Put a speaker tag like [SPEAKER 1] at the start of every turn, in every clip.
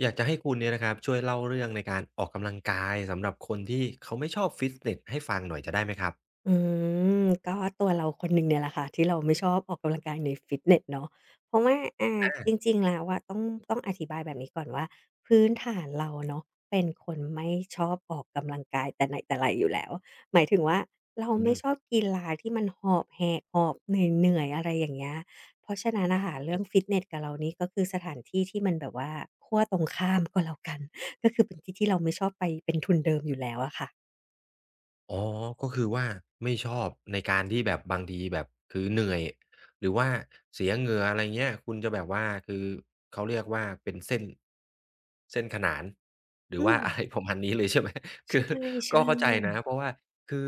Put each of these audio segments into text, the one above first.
[SPEAKER 1] อยากจะให้คุณเนี่ยนะครับช่วยเล่าเรื่องในการออกกำลังกายสำหรับคนที่เขาไม่ชอบฟิตเนสให้ฟังหน่อยจะได้ไหมครับ
[SPEAKER 2] อืมก็ตัวเราคนหนึ่งเนี่ยแหละค่ะที่เราไม่ชอบออกกำลังกายในฟิตเนสเนาะเพราะว่าจริงๆแล้วอะต้องอธิบายแบบนี้ก่อนว่าพื้นฐานเราเนาะเป็นคนไม่ชอบออกกำลังกายแต่ไหนแต่ไรอยู่แล้วหมายถึงว่าเรา
[SPEAKER 1] อื
[SPEAKER 2] ไม่
[SPEAKER 1] ม
[SPEAKER 2] ชอบกีฬาที่มันหอบแหกหอบเหนื่อยๆอะไรอย่างเงี้ยเพราะฉะนั้นน่ะค่ะเรื่องฟิตเนสกับเรานี่ก็คือสถานที่ที่มันแบบว่าขั้วตรงข้ามก็แล้วกัน ก็คือเป็นที่ที่เราไม่ชอบไปเป็นทุนเดิมอยู่แล้วอะค่ะ
[SPEAKER 1] อ๋อก็คือว่าไม่ชอบในการที่แบบบางทีแบบคือเหนื่อยหรือว่าเสียเหงื่ออะไรเงี้ยคุณจะแบบว่าคือเขาเรียกว่าเป็นเส้นขนานหรื
[SPEAKER 2] อื
[SPEAKER 1] อว่าอะไร
[SPEAKER 2] ม
[SPEAKER 1] ประมาณนี้เลยใช่ไหม
[SPEAKER 2] ใ
[SPEAKER 1] คือก็
[SPEAKER 2] ช่
[SPEAKER 1] เข้าใจนะ
[SPEAKER 2] ๆ
[SPEAKER 1] เพราะว่าคือ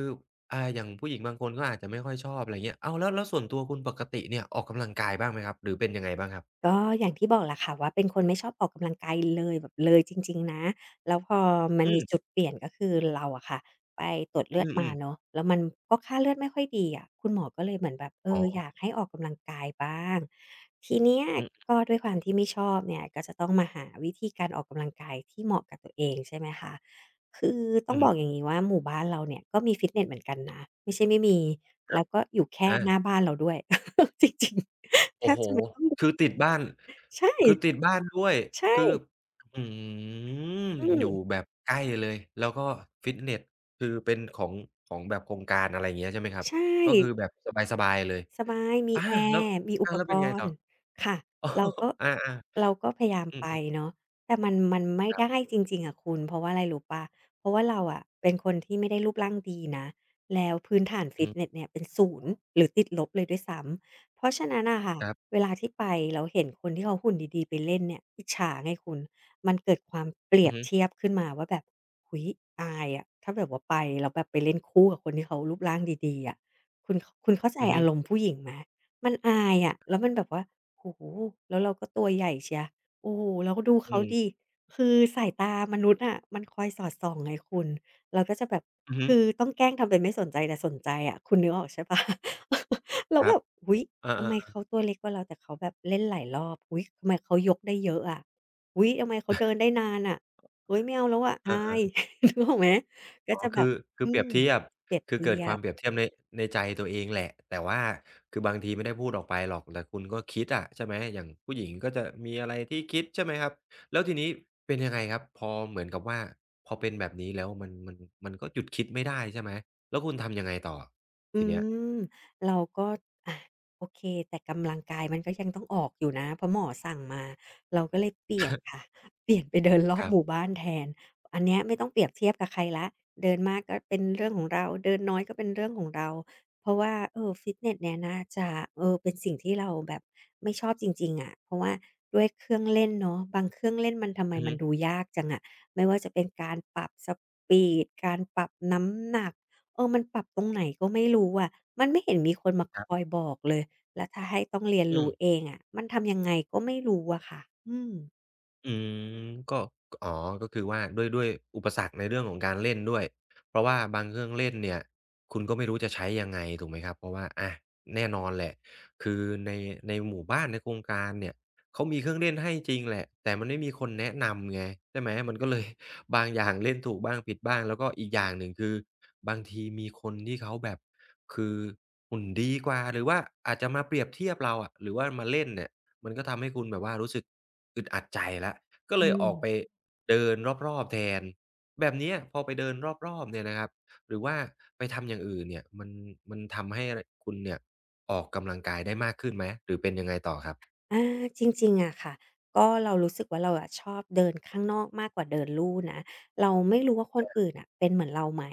[SPEAKER 1] อย่างผู้หญิงบางคนก็อาจจะไม่ค่อยชอบอะไรเงี้ยอ้าวแล้วส่วนตัวคุณปกติเนี่ยออกกำลังกายบ้างไหมครับหรือเป็นยังไงบ้างครับ
[SPEAKER 2] ก็อย่างที่บอกแหละค่ะว่าเป็นคนไม่ชอบออกกำลังกายเลยแบบเลยจริงๆนะแล้วพอมัน
[SPEAKER 1] อื
[SPEAKER 2] มี
[SPEAKER 1] ม
[SPEAKER 2] จุดเปลี่ยนก็คือเราอะค่ะไปตรวจเลือ
[SPEAKER 1] อื
[SPEAKER 2] ดมา
[SPEAKER 1] ม
[SPEAKER 2] เนาะ
[SPEAKER 1] ๆ
[SPEAKER 2] แล้วมันก็ค่าเลือดไม่ค่อยดีอะคุณหมอก็เลยเหมือนแบบ
[SPEAKER 1] อ๋อ
[SPEAKER 2] อยากให้ออกกำลังกายบ้างทีเนี้ย
[SPEAKER 1] อือ
[SPEAKER 2] ก็ด้วยความที่ไม่ชอบเนี่ยก็จะต้องมาหาวิธีการออกกำลังกายที่เหมาะกับตัวเองใช่ไหมคะคือต้อ
[SPEAKER 1] อื
[SPEAKER 2] ง
[SPEAKER 1] อ
[SPEAKER 2] บ
[SPEAKER 1] ฮึ
[SPEAKER 2] อกอย่างงี้ว่าหมู่บ้านเราเนี่ยก็มีฟิตเนสเหมือนกันนะไม่ใช่ไม่มี
[SPEAKER 1] ครั
[SPEAKER 2] แล้
[SPEAKER 1] บ
[SPEAKER 2] วก็อยู่แค่
[SPEAKER 1] อา
[SPEAKER 2] หน้าบ้านเราด้วย จริงๆแท
[SPEAKER 1] โอ้
[SPEAKER 2] บ
[SPEAKER 1] โฮ
[SPEAKER 2] จะไม่ต้อง
[SPEAKER 1] คือติด บ้าน
[SPEAKER 2] ใช่
[SPEAKER 1] คือติดบ้านด้วย
[SPEAKER 2] ใช่
[SPEAKER 1] คืออื้อฮือ
[SPEAKER 2] อื
[SPEAKER 1] อ
[SPEAKER 2] ม
[SPEAKER 1] ยู่แบบใกล้เลยแล้วก็ฟิตเนสคือเป็นของแบบโครงการอะไรอย่างเงี้ยใช่ไหมครับ
[SPEAKER 2] ใช่
[SPEAKER 1] ก็คือแบบสบายๆเลย
[SPEAKER 2] สบายมี
[SPEAKER 1] อา
[SPEAKER 2] แอ
[SPEAKER 1] แล้ว
[SPEAKER 2] ร์มีอุ
[SPEAKER 1] อา
[SPEAKER 2] ป
[SPEAKER 1] แล้ว
[SPEAKER 2] ก
[SPEAKER 1] เป็นไง
[SPEAKER 2] ร
[SPEAKER 1] ต่อ
[SPEAKER 2] ณ์ค่ะ
[SPEAKER 1] อ๋อ
[SPEAKER 2] เราก็
[SPEAKER 1] อา
[SPEAKER 2] เราก็พยายาม
[SPEAKER 1] ๆอื
[SPEAKER 2] ไป
[SPEAKER 1] ม
[SPEAKER 2] เนาะแต่มันไม่
[SPEAKER 1] ๆครั
[SPEAKER 2] ได้
[SPEAKER 1] บ
[SPEAKER 2] จริงๆอะคุณเพราะว่าอะไรรู้เปล่าเพราะว่าเราอะเป็นคนที่ไม่ได้รูปร่างดีนะแล้วพื้นฐาน
[SPEAKER 1] อือ
[SPEAKER 2] ฟิต
[SPEAKER 1] ฮึ
[SPEAKER 2] เนสเนี่ยเป็นศูนย์หรือติดลบเลยด้วยซ้ำเพราะฉะนั้นน่ะค่ะ
[SPEAKER 1] ครับ
[SPEAKER 2] เวลาที่ไปแล้วเห็นคนที่เขาหุ่นดีๆไปเล่นเนี่ยอิจฉาไงคุณมันเกิดความเปรี
[SPEAKER 1] อื
[SPEAKER 2] ย
[SPEAKER 1] อ
[SPEAKER 2] บ
[SPEAKER 1] ฮึ
[SPEAKER 2] เทียบขึ้นมาว่าแบบอุ๊ยอายอะถ้าแบบว่าไปแล้วแบบไปเล่นคู่กับคนที่เขารูปร่างดีๆอะ คุณคุณเข้าใจ
[SPEAKER 1] อือฮึ
[SPEAKER 2] อารมณ์ผู้หญิงไหมมันอายอะแล้วมันแบบว่าโอ้โฮแล้วเราก็ตัวใหญ่เชียโอ้โฮแล้วดู
[SPEAKER 1] อื
[SPEAKER 2] เขาดิ
[SPEAKER 1] ม
[SPEAKER 2] คือสายตามนุษย์อะมันคอยสอดส่องไงคุณเราก็จะแบบ
[SPEAKER 1] อือฮึ
[SPEAKER 2] คือต้องแกล้งทำเป็นไม่สนใจแต่สนใจอะคุณนึกออกใช่เปล่า แล้
[SPEAKER 1] ค
[SPEAKER 2] ว
[SPEAKER 1] รั
[SPEAKER 2] แบ
[SPEAKER 1] บ
[SPEAKER 2] บอุ๊ย
[SPEAKER 1] อา
[SPEAKER 2] ทำไม
[SPEAKER 1] ๆ
[SPEAKER 2] เขา
[SPEAKER 1] ๆ
[SPEAKER 2] ตัวเล็กกว่าเราแต่เขาแบบเล่นหลายรอบอุ๊ยทำไมเขายกได้เยอะอะอุ๊ยทำไมเขาเดินได้นานอะเฮ้ยไม่เอาแล้วอะอา
[SPEAKER 1] อา
[SPEAKER 2] ย
[SPEAKER 1] ๆ
[SPEAKER 2] นึกออกไหมก็
[SPEAKER 1] อ๋อ
[SPEAKER 2] จะแบ
[SPEAKER 1] คื
[SPEAKER 2] บ
[SPEAKER 1] อคือ
[SPEAKER 2] อื
[SPEAKER 1] เปรีย
[SPEAKER 2] ม
[SPEAKER 1] บเทียบ
[SPEAKER 2] เปรียบ
[SPEAKER 1] คือ
[SPEAKER 2] เที
[SPEAKER 1] เกิด
[SPEAKER 2] ย
[SPEAKER 1] ความ
[SPEAKER 2] บ
[SPEAKER 1] เปรียบเทียบในใจตัวเองแหละ แต่ว่าคือบางทีไม่ได้พูดออกไปหรอกแต่คุณก็คิดอะใช่ไหมอย่างผู้หญิงก็จะมีอะไรที่คิดใช่ไหมครับ แล้วทีนี้เป็นยังไงครับ พอเหมือนกับว่าพอเป็นแบบนี้แล้วมันมันก็หยุดคิดไม่ได้ใช่ไหมแล้วคุณทำยังไงต่อ
[SPEAKER 2] อื
[SPEAKER 1] ทีเนี้ย
[SPEAKER 2] มเราก็อะโอเคแต่กำลังกายมันก็ยังต้องออกอยู่นะเพราะหมอสั่งมาเราก็เลยเปลี่ยน ค่ะเปลี่ยนไปเดินรอ
[SPEAKER 1] ค
[SPEAKER 2] บ
[SPEAKER 1] รั
[SPEAKER 2] หมู่
[SPEAKER 1] บ
[SPEAKER 2] บ้านแทนอันเนี้ยไม่ต้องเปรียบเทียบกับใครแล้วเดินมากก็เป็นเรื่องของเราเดินน้อยก็เป็นเรื่องของเราเพราะว่าฟิตเนสเนี่ยน่าจะเป็นสิ่งที่เราแบบไม่ชอบจริงๆอะเพราะว่าด้วยเครื่องเล่นเนาะบางเครื่องเล่นมันทำไม
[SPEAKER 1] อือ
[SPEAKER 2] มั
[SPEAKER 1] ฮึ
[SPEAKER 2] นดูยากจังอะไม่ว่าจะเป็นการปรับสปีดการปรับน้ำหนัก มันปรับตรงไหนก็ไม่รู้อะมันไม่เห็นมีคนมา
[SPEAKER 1] ค
[SPEAKER 2] ค
[SPEAKER 1] รั
[SPEAKER 2] อย
[SPEAKER 1] บ
[SPEAKER 2] บอกเลย แล้วถ้าให้ต้องเรียน
[SPEAKER 1] อืม
[SPEAKER 2] รู้เองอะมันทำยังไงก็ไม่รู้อะค่ะอืม
[SPEAKER 1] อืมก็อ๋อก็คือว่าด้วยอุปสรรคในเรื่องของการเล่นด้วยเพราะว่าบางเครื่องเล่นเนี่ยคุณก็ไม่รู้จะใช้ยังไงถูกไหมครับเพราะว่าอะแน่นอนแหละคือในหมู่บ้านในโครงการเนี่ยเขามีเครื่องเล่นให้จริงแหละแต่มันไม่มีคนแนะนำไงใช่ไหมมันก็เลย บางอย่างเล่นถูกบ้างผิดบ้างแล้วก็อีกอย่างหนึ่งคือบางทีมีคนที่เขาแบบคือหุ่นดีกว่าหรือว่าอาจจะมาเปรียบเทียบเราอะหรือว่ามาเล่นเนี่ย มันก็ทำให้คุณแบบว่ารู้สึกอึดอัดใจแล้วก็เล
[SPEAKER 2] อื
[SPEAKER 1] ยออกไป
[SPEAKER 2] ม
[SPEAKER 1] เดินรอบๆแทนแบบเนี้ยพอไปเดินรอบๆเนี่ยนะครับหรือว่าไปทำอย่างอื่นเนี่ยมันทำให้คุณเนี่ยออกกำลังกายได้มากขึ้นไหมหรือเป็นยังไงต่อครับ
[SPEAKER 2] อาจริงๆอะค่ะก็เรารู้สึกว่าเราอะชอบเดินข้างนอกมากกว่าเดินลู่นะเราไม่รู้ว่าคนอื่นน่ะเป็นเหมือนเราไหม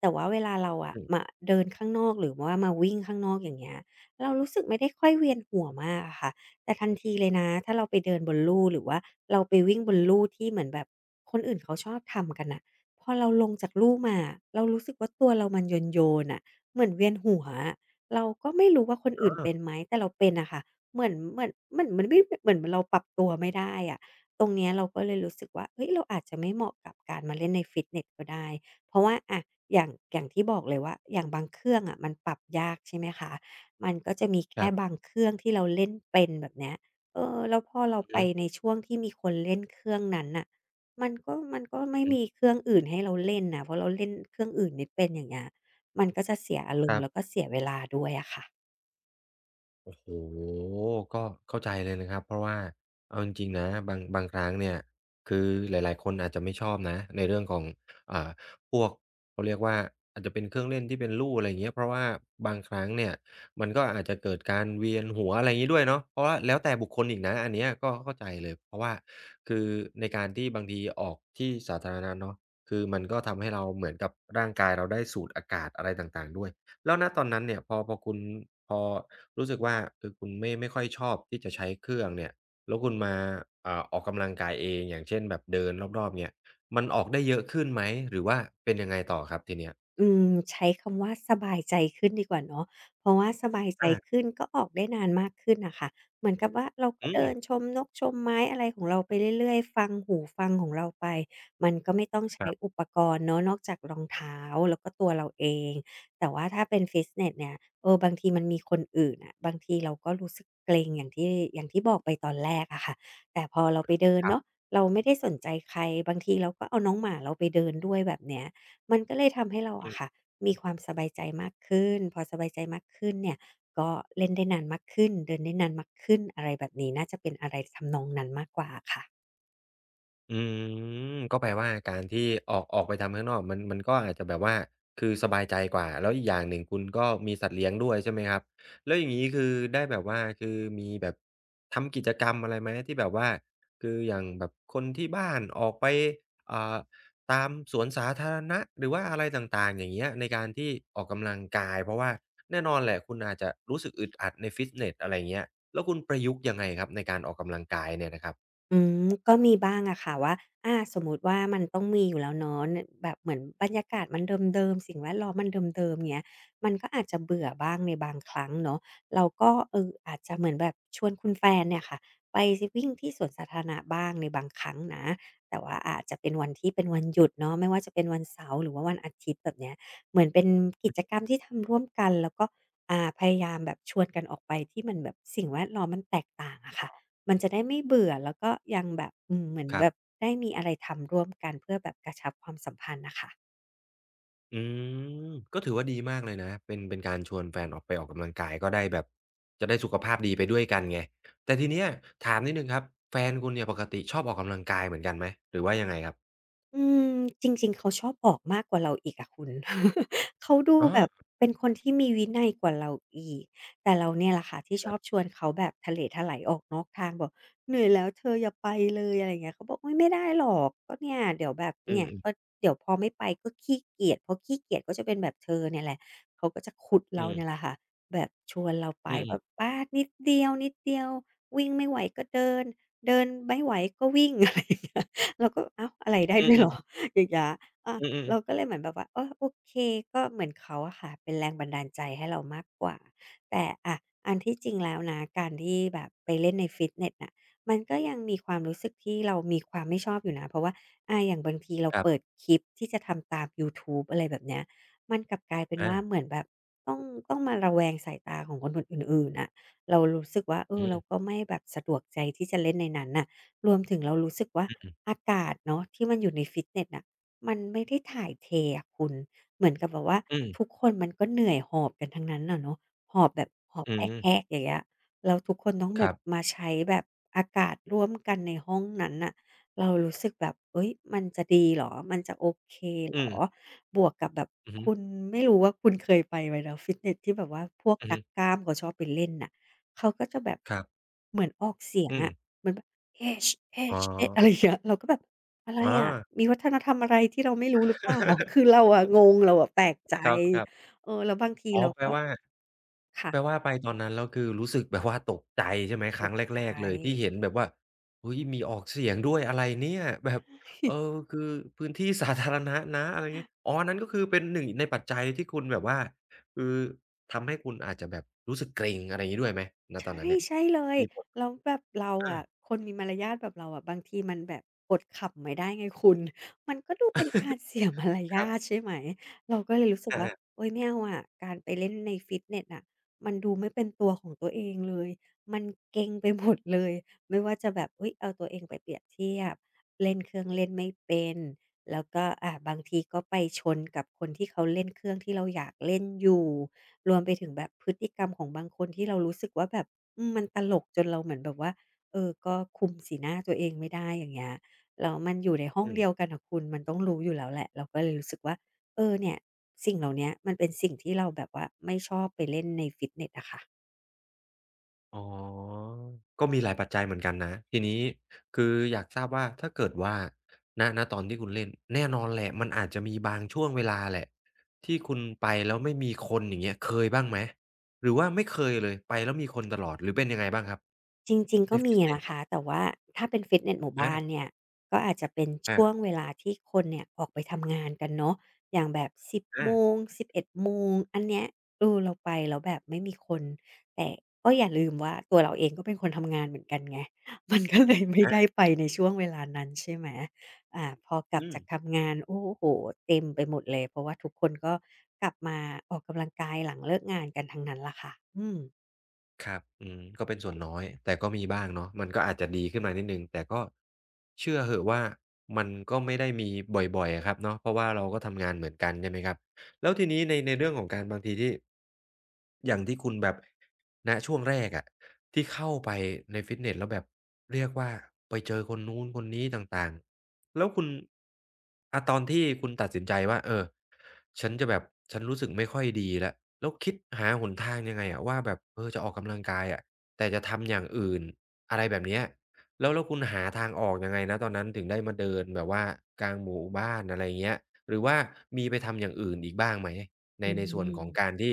[SPEAKER 2] แต่ว่าเวลาเราอะ
[SPEAKER 1] อื
[SPEAKER 2] มา
[SPEAKER 1] ม
[SPEAKER 2] เดินข้างนอกหรือว่ามาวิ่งข้างนอกอย่างเงี้ยเรารู้สึกไม่ได้ค่อยเวียนหัวมากอะค่ะแต่ทันทีเลยนะถ้าเราไปเดินบนลู่หรือว่าเราไปวิ่งบนลู่ที่เหมือนแบบคนอื่นเขาชอบทำกันน่ะพอเราลงจากลู่มาอะเรารู้สึกว่าตัวเรามันโยนๆน่ะเหมือนเวียนหัวอะเราก็ไม่รู้ว่าคนอื่นเป็น
[SPEAKER 1] เออ
[SPEAKER 2] ไหมแต่เราเป็นน่ะค่ะ เหมือนมันไม่เหมือนเราปรับตัวไม่ได้อะตรงเนี้ยเราก็เลยรู้สึกว่าเฮ้ยเราอาจจะไม่เหมาะกับการมาเล่นในฟิตเนสก็ได้เพราะว่าอะอย่างที่บอกเลยว่าอย่างบางเครื่องอะมันปรับยากใช่ไหมคะมันก็จะมี
[SPEAKER 1] ค
[SPEAKER 2] แค่
[SPEAKER 1] รั
[SPEAKER 2] บาง
[SPEAKER 1] บ
[SPEAKER 2] เครื่องที่เราเล่นเป็นแบบเนี้ยเออแล้วพอเรา
[SPEAKER 1] อือ
[SPEAKER 2] ไป
[SPEAKER 1] ฮึ
[SPEAKER 2] ในช่วงที่มีคนเล่นเครื่องนั้นน่ะมันก็ไม่มีเครื่องอื่นให้เราเล่นน่ะเพราะเราเล่นเครื่องอื่นไม่เป็นอย่างเงี้ยมันก็จะเสียอาร
[SPEAKER 1] ๆค
[SPEAKER 2] มณ์
[SPEAKER 1] รับ
[SPEAKER 2] แล้วก็เสียเวลาด้วยอะค่ะ
[SPEAKER 1] โอ้โฮก็เข้าใจเลยนะครับเพราะว่าเอาจริงๆนะบางครั้งเนี่ยคือหลายๆคนอาจจะไม่ชอบนะในเรื่องของอ่าพวกเขาเรียกว่าอาจจะเป็นเครื่องเล่นที่เป็นลู่อะไรอย่างเงี้ยเพราะว่าบางครั้งเนี่ยมันก็อาจจะเกิดการเวียนหัวอะไรอย่างงี้ด้วยเนาะเพราะว่าแล้วแต่บุคคลอีกนะอันเนี้ยก็เข้าใจเลยเพราะว่าคือในการที่บางทีออกที่สาธารณะเนาะคือมันก็ทำให้เราเหมือนกับร่างกายเราได้สูดอากาศอะไรต่างๆด้วย แล้วณตอนนั้นเนี่ยพอคุณพอรู้สึกว่าคือคุณไม่ค่อยชอบที่จะใช้เครื่องเนี่ยแล้วคุณมาออกกำลังกายเองอย่างเช่นแบบเดินรอบๆเนี่ยมันออกได้เยอะขึ้นไหมหรือว่าเป็นยังไงต่อครับทีเนี้ย
[SPEAKER 2] อืมใช้คำว่าสบายใจขึ้นดีกว่าเนาะเพราะว่าสบายใจ
[SPEAKER 1] อา
[SPEAKER 2] ขึ้นก็ออกได้นานมากขึ้นน่ะค่ะเหมือนกับว่าเราก็
[SPEAKER 1] อืม
[SPEAKER 2] เดินชมนกชมไม้อะไรของเราไปเรื่อยๆ ฟังหูฟังของเราไป มันก็ไม่ต้อง
[SPEAKER 1] ค
[SPEAKER 2] ใช้
[SPEAKER 1] รั
[SPEAKER 2] อุ
[SPEAKER 1] บ
[SPEAKER 2] ปกรณ์เนาะนอกจากรองเท้าแล้วก็ตัวเราเอง แต่ว่าถ้าเป็นฟิตเนสเนี่ยเออบางทีมันมีคนอื่นอะ บางทีเราก็รู้สึกเกร็งอย่างที่บอกไปตอนแรกอะค่ะแต่พอเราไปเดินเนาะเราไม่ได้สนใจใครบางทีเราก็เอาน้องหมาเราไปเดินด้วยแบบเนี้ย มันก็เลยทำให้เรา
[SPEAKER 1] ๆอื
[SPEAKER 2] อะ
[SPEAKER 1] ม
[SPEAKER 2] ค่ะมีความสบายใจมากขึ้นพอสบายใจมากขึ้นเนี่ยก็เล่นได้นานมากขึ้นเดินได้นานมากขึ้นอะไรแบบนี้น่าจะเป็นอะไรทำนองนั้นมากกว่าอะค่ะ
[SPEAKER 1] อืมก็แปลว่าการที่ออกไปทำข้างนอกมันก็อาจจะแบบว่าคือสบายใจกว่าแล้วอีกอย่างหนึ่งคุณก็มีสัตว์เลี้ยงด้วยใช่ไหมครับแล้วอย่างงี้คือได้แบบว่าคือมีแบบทำกิจกรรมอะไรไหมที่แบบว่าคืออย่างแบบคนที่บ้านออกไปอ่าตามสวนสาธารณะหรือว่าอะไรต่างๆอย่างเงี้ยในการที่ออกกำลังกายเพราะว่าแน่นอนแหละคุณอาจจะรู้สึกอึดอัดในฟิตเนสอะไรเงี้ยแล้วคุณประยุกต์ยังไงครับในการออกกำลังกายเนี่ยนะครับ
[SPEAKER 2] อืมก็มีบ้างอะค่ะว่าอาสมมุติว่ามันต้องมีอยู่แล้วเนาะนแบบเหมือนบรรยากาศมันเดิมๆสิ่งแวดล้อมมันเดิมๆเงี้ยมันก็อาจจะเบื่อบ้างในบางครั้งเนาะเราก็อาจจะเหมือนแบบชวนคุณแฟนเนี่ยค่ะไปวิ่งที่สวนสาธารณะบ้างในบางครั้งนะแต่ว่าอาจจะเป็นวันที่เป็นวันหยุดเนาะไม่ว่าจะเป็นวันเสาร์หรือว่าวันอาทิตย์แบบเนี้ยเหมือนเป็นกิจกรรมที่ทำร่วมกันแล้วก็พยายามแบบชวนกันออกไปที่มันแบบสิ่งแวดล้อมมันแตกต่างอะค่ะ มันจะได้ไม่เบื่อแล้วก็ยังแบบอืมเหมือน
[SPEAKER 1] ครั
[SPEAKER 2] แบบ
[SPEAKER 1] บ
[SPEAKER 2] ได้มีอะไรทำร่วมกันเพื่อแบบกระชับความสัมพันธ์น่ะค่ะ
[SPEAKER 1] อืมก็ถือว่าดีมากเลยนะเป็นการชวนแฟนออกไปออกกำลังกายก็ได้แบบจะได้สุขภาพดีไปด้วยกันไงแต่ทีเนี้ยถามนิดหนึ่งครับแฟนคุณเนี่ยปกติชอบออกกำลังกายเหมือนกันไหมหรือว่ายังไงครับ
[SPEAKER 2] อืมจริงๆเขาชอบออกมากกว่าเราอีกอะคุณ เขาดู
[SPEAKER 1] อ๋
[SPEAKER 2] แบบ
[SPEAKER 1] อ
[SPEAKER 2] เป็นคนที่มีวินัยกว่าเราอีก แต่เราเนี่ยแหละค่ะที่ช
[SPEAKER 1] ครั
[SPEAKER 2] อบช
[SPEAKER 1] บ
[SPEAKER 2] วนเขาแบบทะเลทลายออกนอกทางบอกเหนื่อยแล้วเธออย่าไปเลยอะไรเงี้ยเขาบอกอุยไม่ได้หรอกก็เนี่ยเดี๋ยวแบบ
[SPEAKER 1] อื
[SPEAKER 2] เนี่ย
[SPEAKER 1] ม
[SPEAKER 2] ก็
[SPEAKER 1] ๆ
[SPEAKER 2] เดี๋ยวพอไม่ไปก็ขี้เกียจพอขี้เกียจก็จะเป็นแบบเธอเนี่ยแหละเขาก็จะขุดเรา
[SPEAKER 1] อืม
[SPEAKER 2] เนี่ยแหละค่ะแบบชวนเราไป
[SPEAKER 1] อืมอ
[SPEAKER 2] ว่า
[SPEAKER 1] ม
[SPEAKER 2] ป้านิดเดียวๆววิ่งไม่ไหวก็เดินเดินไม่ไหวก็วิ่ง อะไรอย่างเงี้ย เราก็อ้าวอะไรได้
[SPEAKER 1] อื
[SPEAKER 2] ด้วยเหรอ
[SPEAKER 1] อ
[SPEAKER 2] อย่างเงี้ยอา
[SPEAKER 1] อื
[SPEAKER 2] เราก็
[SPEAKER 1] ม
[SPEAKER 2] เลยเหมือนแบบว่าเออโอเคก็เหมือนเขาอะค่ะเป็นแรงบันดาลใจให้เรามากกว่าแต่อะอันที่จริงแล้วนะการที่แบบไปเล่นในฟิตเนสน่ะมันก็ยังมีความรู้สึกที่เรามีความไม่ชอบอยู่นะเพราะว่าอาอย่างบางทีเรา
[SPEAKER 1] ๆครับ
[SPEAKER 2] เปิดคลิปที่จะทำตามยูทูบอะไรแบบเนี้ยมันกลับกลายเป็น
[SPEAKER 1] อา
[SPEAKER 2] ว่าเหมือนแบบต้องต้องมาระแวงสายตาของคนอื่นๆน่ะเรารู้สึกว่าเอ
[SPEAKER 1] อื
[SPEAKER 2] อ
[SPEAKER 1] ม
[SPEAKER 2] เราก็ไม่แบบสะดวกใจที่จะเล่นในนั้นน่ะ รวมถึงเรารู้สึกว่า
[SPEAKER 1] อืม
[SPEAKER 2] อากาศเนาะที่มันอยู่ในฟิตเนสน่ะมันไม่ได้ถ่ายเทอะคุณเหมือนกับแบบว่า
[SPEAKER 1] อื
[SPEAKER 2] ทุก
[SPEAKER 1] ม
[SPEAKER 2] คนมันก็เหนื่อยหอบกันทั้งนั้นน่ะเนาะหอบแบบหอบ
[SPEAKER 1] อื
[SPEAKER 2] แ
[SPEAKER 1] ม
[SPEAKER 2] ฮกๆอย่างเงี้ยแล้วทุกคนต้อง
[SPEAKER 1] ค
[SPEAKER 2] แบ
[SPEAKER 1] รั
[SPEAKER 2] บ
[SPEAKER 1] บ
[SPEAKER 2] มาใช้แบบอากาศร่วมกันในห้องนั้นน่ะเรารู้สึกแบบเฮ้ยมันจะดีเหรอมันจะโอเคเหร
[SPEAKER 1] อืม
[SPEAKER 2] อบวกกับแบบ
[SPEAKER 1] อือฮึ
[SPEAKER 2] คุณไม่รู้ว่าคุณเคยไปไหมเนาะฟิตเนสที่แบบว่าพวก
[SPEAKER 1] อือ
[SPEAKER 2] นั
[SPEAKER 1] ฮึ
[SPEAKER 2] กกล้ามเขาชอบไปเล่นน่ะเขาก็จะแบบ
[SPEAKER 1] ครับ
[SPEAKER 2] เหมือนออกเสีย
[SPEAKER 1] อื
[SPEAKER 2] ง
[SPEAKER 1] ม
[SPEAKER 2] อะมัน H
[SPEAKER 1] อ๋อ
[SPEAKER 2] H H อะไรอย่างเงี้ยเราก็แบบอะไรอะ
[SPEAKER 1] อา
[SPEAKER 2] มีวัฒนธรรมอะไรที่เราไม่รู้หรือเปล่า คือ เราอะงงเราอะแปลกใจ
[SPEAKER 1] ครับ
[SPEAKER 2] เออแล้วบางที
[SPEAKER 1] ๆอ๋อ
[SPEAKER 2] เรา
[SPEAKER 1] แปล
[SPEAKER 2] ก็
[SPEAKER 1] ว่า
[SPEAKER 2] ค่ะ
[SPEAKER 1] แปลว่าไปตอนนั้นแล้วคือรู้สึกแบบว่าตกใจใช่ไหมค
[SPEAKER 2] ต
[SPEAKER 1] รั้ง
[SPEAKER 2] กใจ
[SPEAKER 1] แรกๆเลยที่เห็นแบบว่าเฮ้ยมีออกเสียงด้วยอะไรเนี่ยแบบเออคือพื้นที่สาธารณะนะอะไรเงี้ยอ๋ออันนั้นก็คือเป็นหนึ่งในปัจจัยที่คุณแบบว่าคือทำให้คุณอาจจะแบบรู้สึกเกรงอะไรงี้ด้วยไหมณตอน
[SPEAKER 2] ใช่
[SPEAKER 1] นั้นเนี่ย
[SPEAKER 2] ใช่เลย
[SPEAKER 1] มีผล
[SPEAKER 2] แล้วแบบเรา
[SPEAKER 1] ไหมอา
[SPEAKER 2] อะคนมีมารยาทแบบเราอะบางทีมันแบบอดขำไม่ได้ไงคุณมันก็ดูเป็นการเสียมาร
[SPEAKER 1] ครั
[SPEAKER 2] ยา
[SPEAKER 1] บ
[SPEAKER 2] ทใช่ไหมเราก็เลยรู้สึกว่า
[SPEAKER 1] อาๆ
[SPEAKER 2] โอ๊ยไม่เอาอะการไปเล่นในฟิตเนสน่ะมันดูไม่เป็นตัวของตัวเองเลยมันเกร็งไปหมดเลยไม่ว่าจะแบบอุ๊ยเอาตัวเองไปเปรียบเทียบเล่นเครื่องเล่นไม่เป็นแล้วก็บางทีก็ไปชนกับคนที่เขาเล่นเครื่องที่เราอยากเล่นอยู่ รวมไปถึงแบบพฤติกรรมของบางคนที่เรารู้สึกว่าแบบอืมมันตลกจนเราเหมือนแบบว่าเออก็คุมสีหน้าตัวเองไม่ได้อย่างเงี้ยแล้วมันอยู่ในห้อ
[SPEAKER 1] อื
[SPEAKER 2] ง
[SPEAKER 1] ม
[SPEAKER 2] เดียวกันน่ะคุณมันต้องรู้อยู่แล้วแหละเราก็เลยรู้สึกว่าเออเนี่ยสิ่งเหล่าเนี้ยมันเป็นสิ่งที่เราแบบว่าไม่ชอบไปเล่นในฟิตเนสอะค่ะ
[SPEAKER 1] อ๋อ ก็มีหลายปัจจัยเหมือนกันนะทีนี้คืออยากทราบว่าถ้าเกิดว่าณตอนที่คุณเล่นแน่นอนแหละมันอาจจะมีบางช่วงเวลาแหละที่คุณไปแล้วไม่มีคนอย่างเงี้ยเคยบ้างไหมหรือว่าไม่เคยเลยไปแล้วมีคนตลอดหรือเป็นยังไงบ้างครับ
[SPEAKER 2] จริงๆ
[SPEAKER 1] ใน
[SPEAKER 2] ก็
[SPEAKER 1] ฟิ
[SPEAKER 2] มี
[SPEAKER 1] ตเน
[SPEAKER 2] อะ
[SPEAKER 1] ส
[SPEAKER 2] นะ
[SPEAKER 1] เนี่
[SPEAKER 2] คะ
[SPEAKER 1] ย
[SPEAKER 2] แต่ว่าถ้าเป็นฟิตเนสหมู่บ้าน
[SPEAKER 1] อา
[SPEAKER 2] เนี่ยก็อาจจะเป็นช่วง
[SPEAKER 1] อา
[SPEAKER 2] เวลาที่คนเนี่ยออกไปทำงานกันเนาะอย่างแบบสิบ
[SPEAKER 1] อา
[SPEAKER 2] โมง11 โมงอันเนี้ยเราไปแล้วแบบไม่มีคนแต่ก็อย่าลืมว่าตัวเราเองก็เป็นคนทำงานเหมือนกันไง มันก็เลยไม่ได้
[SPEAKER 1] อา
[SPEAKER 2] ไปในช่วงเวลานั้นใช่ไหมพอกลับ
[SPEAKER 1] อืม
[SPEAKER 2] จากทำงานโอ้โฮเต็มไปหมดเลยเพราะว่าทุกคนก็กลับมาออกกำลังกายหลังเลิกงานกันทั้งนั้นล่ะค่ะ
[SPEAKER 1] ครับอืมก็เป็นส่วนน้อยแต่ก็มีบ้างเนาะมันก็อาจจะดีขึ้นมานิดหนึ่งแต่ก็เชื่อเหอะว่ามันก็ไม่ได้มีบ่อยๆอะครับเนาะเพราะว่าเราก็ทำงานเหมือนกันใช่ไหมครับ แล้วทีนี้ในเรื่องของการบางทีที่อย่างที่คุณแบบณช่วงแรกอะที่เข้าไปในฟิตเนสแล้วแบบเรียกว่าไปเจอคนนู้นคนนี้ต่างๆแล้วคุณอาตอนที่คุณตัดสินใจว่าเออฉันจะแบบฉันรู้สึกไม่ค่อยดีแล้วแล้วคิดหาหนทางยังไงอะว่าแบบเออจะออกกำลังกายอะแต่จะทำอย่างอื่นอะไรแบบเนี้ยแล้วคุณหาทางออกยังไงณตอนนั้นถึงได้มาเดินแบบว่ากลางหมู่บ้านอะไรอย่างเงี้ย หรือว่ามีไปทำอย่างอื่นอีกบ้างไหมใน
[SPEAKER 2] อื
[SPEAKER 1] ในส่วนของกา
[SPEAKER 2] ม
[SPEAKER 1] รที่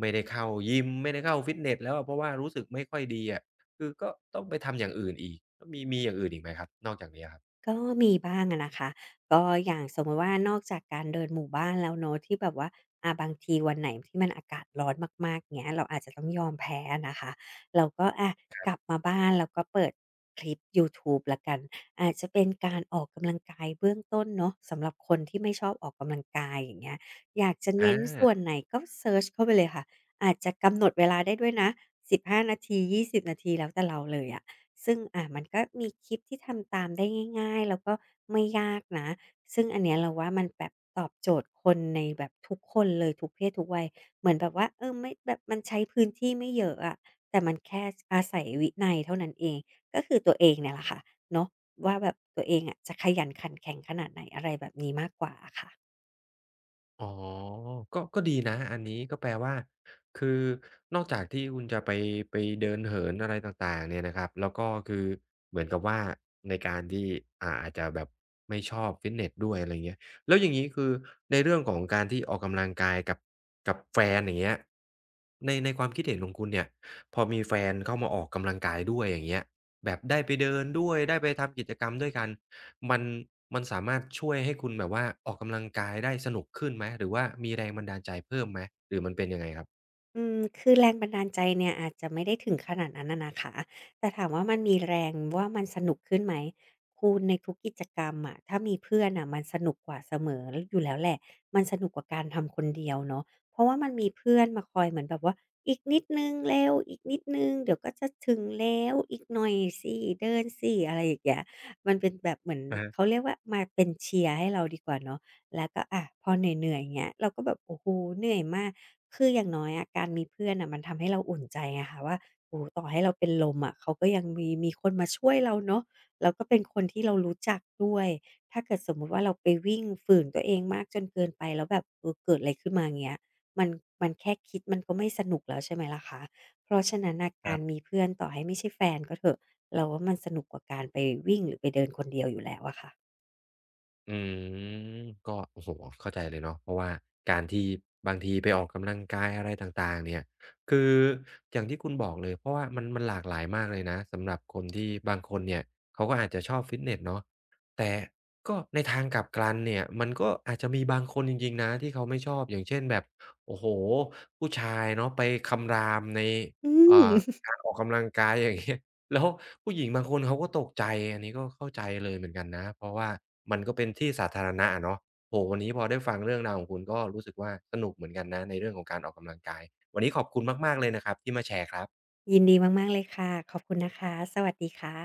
[SPEAKER 1] ไม่ได้เข้ายิมไม่ได้เข้าฟิตเนสแล้วอะเพราะว่ารู้สึกไม่ค่อยดีอะคือก็ต้องไปทำอย่างอื่นอีกมีอย่างอื่นอีกไหมครับนอกจากนี้อะครับ
[SPEAKER 2] ก็มีบ้างอะนะคะก็อย่างสมมติว่านอกจากการเดินหมู่บ้านแล้วเนาะที่แบบว่าบางทีวันไหนที่มันอากาศร้อนมากๆเงี้ยเราอาจจะต้องยอมแพ้อะนะคะเราก็อะกลับมาบ้านแล้วก็เปิดคลิปยูทูบแล้วกันอาจจะเป็นการออกกำลังกายเบื้องต้นเนาะสำหรับคนที่ไม่ชอบออกกำลังกายอย่างเงี้ยอยากจะ
[SPEAKER 1] อ
[SPEAKER 2] เน้นส่วน
[SPEAKER 1] า
[SPEAKER 2] ไหนก็เซิร์ชเข้าไปเลยค่ะอาจจะกำหนดเวลาได้ด้วยนะ15 นาที20 นาทีแล้วแต่เราเลยอะ ซึ่งมันก็มีคลิปที่ทำตามได้ง่ายๆแล้วก็ไม่ยากนะซึ่งอันเนี้ยเราว่ามันแบบตอบโจทย์คนในแบบทุกคนเลยทุกเพศทุกวัยเหมือนแบบว่าไม่แบบมันใช้พื้นที่ไม่เยอะอะแต่มันแค่สอาศัยวินัยเท่านั้นเองก็คือตัวเองเนี่ยแหละค่ะเนาะว่าแบบตัวเองอะจะขยันขันแข็งขนาดไหนอะไรแบบนี้มากกว่าอะค่ะ
[SPEAKER 1] อ๋อก็ดีนะ อันนี้ก็แปลว่า คือนอกจากที่คุณจะไปไปเดินเหินอะไรต่างๆเนี่ยนะครับ แล้วก็คือ เหมือนกับว่าในการที่อ่าอาจจะแบบไม่ชอบฟิตเนสด้วยอะไรเงี้ยแล้วอย่างงี้คือในเรื่องของการที่ออกกำลังกายกับแฟนอย่างเงี้ยในความคิดเห็นของคุณเนี่ย พอมีแฟนเข้ามาออกกำลังกายด้วยอย่างเงี้ยแบบได้ไปเดินด้วย ได้ไปทำกิจกรรมด้วยกัน มันมันสามารถช่วยให้คุณแบบว่าออกกำลังกายได้สนุกขึ้นไหมหรือว่ามีแรงบันดาลใจเพิ่มไหมหรือมันเป็นยังไงครับ
[SPEAKER 2] อืมคือแรงบันดาลใจเนี่ยอาจจะไม่ได้ถึงขนาดนั้นน่ะนะคะแต่ถามว่ามันมีแรงว่ามันสนุกขึ้นไหมคุณในทุกกิจกรรมอะถ้ามีเพื่อนน่ะมันสนุกกว่าเสมออยู่แล้วแหละมันสนุกกว่าการทำคนเดียวเนาะเพราะว่ามันมีเพื่อนมาคอยเหมือนแบบว่าอีกนิดหนึ่งเร็วอีกนิดหนึ่งเดี๋ยวก็จะถึงแล้วอีกหน่อยสิเดินสิอะไรอย่างเงี้ยมันเป็นแบบเหมือน
[SPEAKER 1] อะฮะ
[SPEAKER 2] เขาเรียกว่ามาเป็นเชียร์ให้เราดีกว่าเนาะแล้วก็อะพอเหนื่อยๆอย่างเงี้ยเราก็แบบโอ้โฮเหนื่อยมาก คืออย่างน้อยอะการมีเพื่อนน่ะมันทำให้เราอุ่นใจไงคะว่าโอ้โฮต่อให้เราเป็นลมอะเขาก็ยังมีคนมาช่วยเราเนาะแล้วก็เป็นคนที่เรารู้จักด้วยถ้าเกิดสมมุติว่าเราไปวิ่งฝืนตัวเองมากจนเกินไปแล้วแบบเกิดอะไรขึ้นมาเงี้ยมันมันแค่คิดมันก็ไม่สนุกแล้วใช่ไหมล่ะคะเพราะฉะนั้นน่ะ
[SPEAKER 1] ค
[SPEAKER 2] กา
[SPEAKER 1] รั
[SPEAKER 2] รมี
[SPEAKER 1] บ
[SPEAKER 2] เพื่อนต่อให้ไม่ใช่แฟนก็เถอะเราว่ามันสนุกกว่าการไปวิ่งหรือไปเดินคนเดียวอยู่แล้วอะค่ะ
[SPEAKER 1] อืมก็โอ้โฮเข้าใจเลยเนาะเพราะว่าการที่บางทีไปออกกำลังกายอะไรต่างๆเนี่ยคืออย่างที่คุณบอกเลยเพราะว่ามันหลากหลายมากเลยนะสำหรับคนที่บางคนเนี่ยเขาก็อาจจะชอบฟิตเนสเนาะแต่ก็ในทางกลับกันเนี่ยมันก็อาจจะมีบางคนจริงๆนะที่เขาไม่ชอบอย่างเช่นแบบโอ้โฮผู้ชายเนาะไปคำรามใน
[SPEAKER 2] อืม
[SPEAKER 1] อ่า การออกกำลังกายอย่างเงี้ย แล้วผู้หญิงบางคนเขาก็ตกใจอันนี้ก็เข้าใจเลยเหมือนกันนะเพราะว่ามันก็เป็นที่สาธารณะอะเนาะโอ้โฮวันนี้พอได้ฟังเรื่องราวของคุณก็รู้สึกว่าสนุกเหมือนกันนะในเรื่องของการออกกำลังกายวันนี้ขอบคุณมากๆเลยนะครับที่มาแชร์ครับ
[SPEAKER 2] ยินดีมากๆเลยค่ะขอบคุณนะคะสวัสดีค่ะ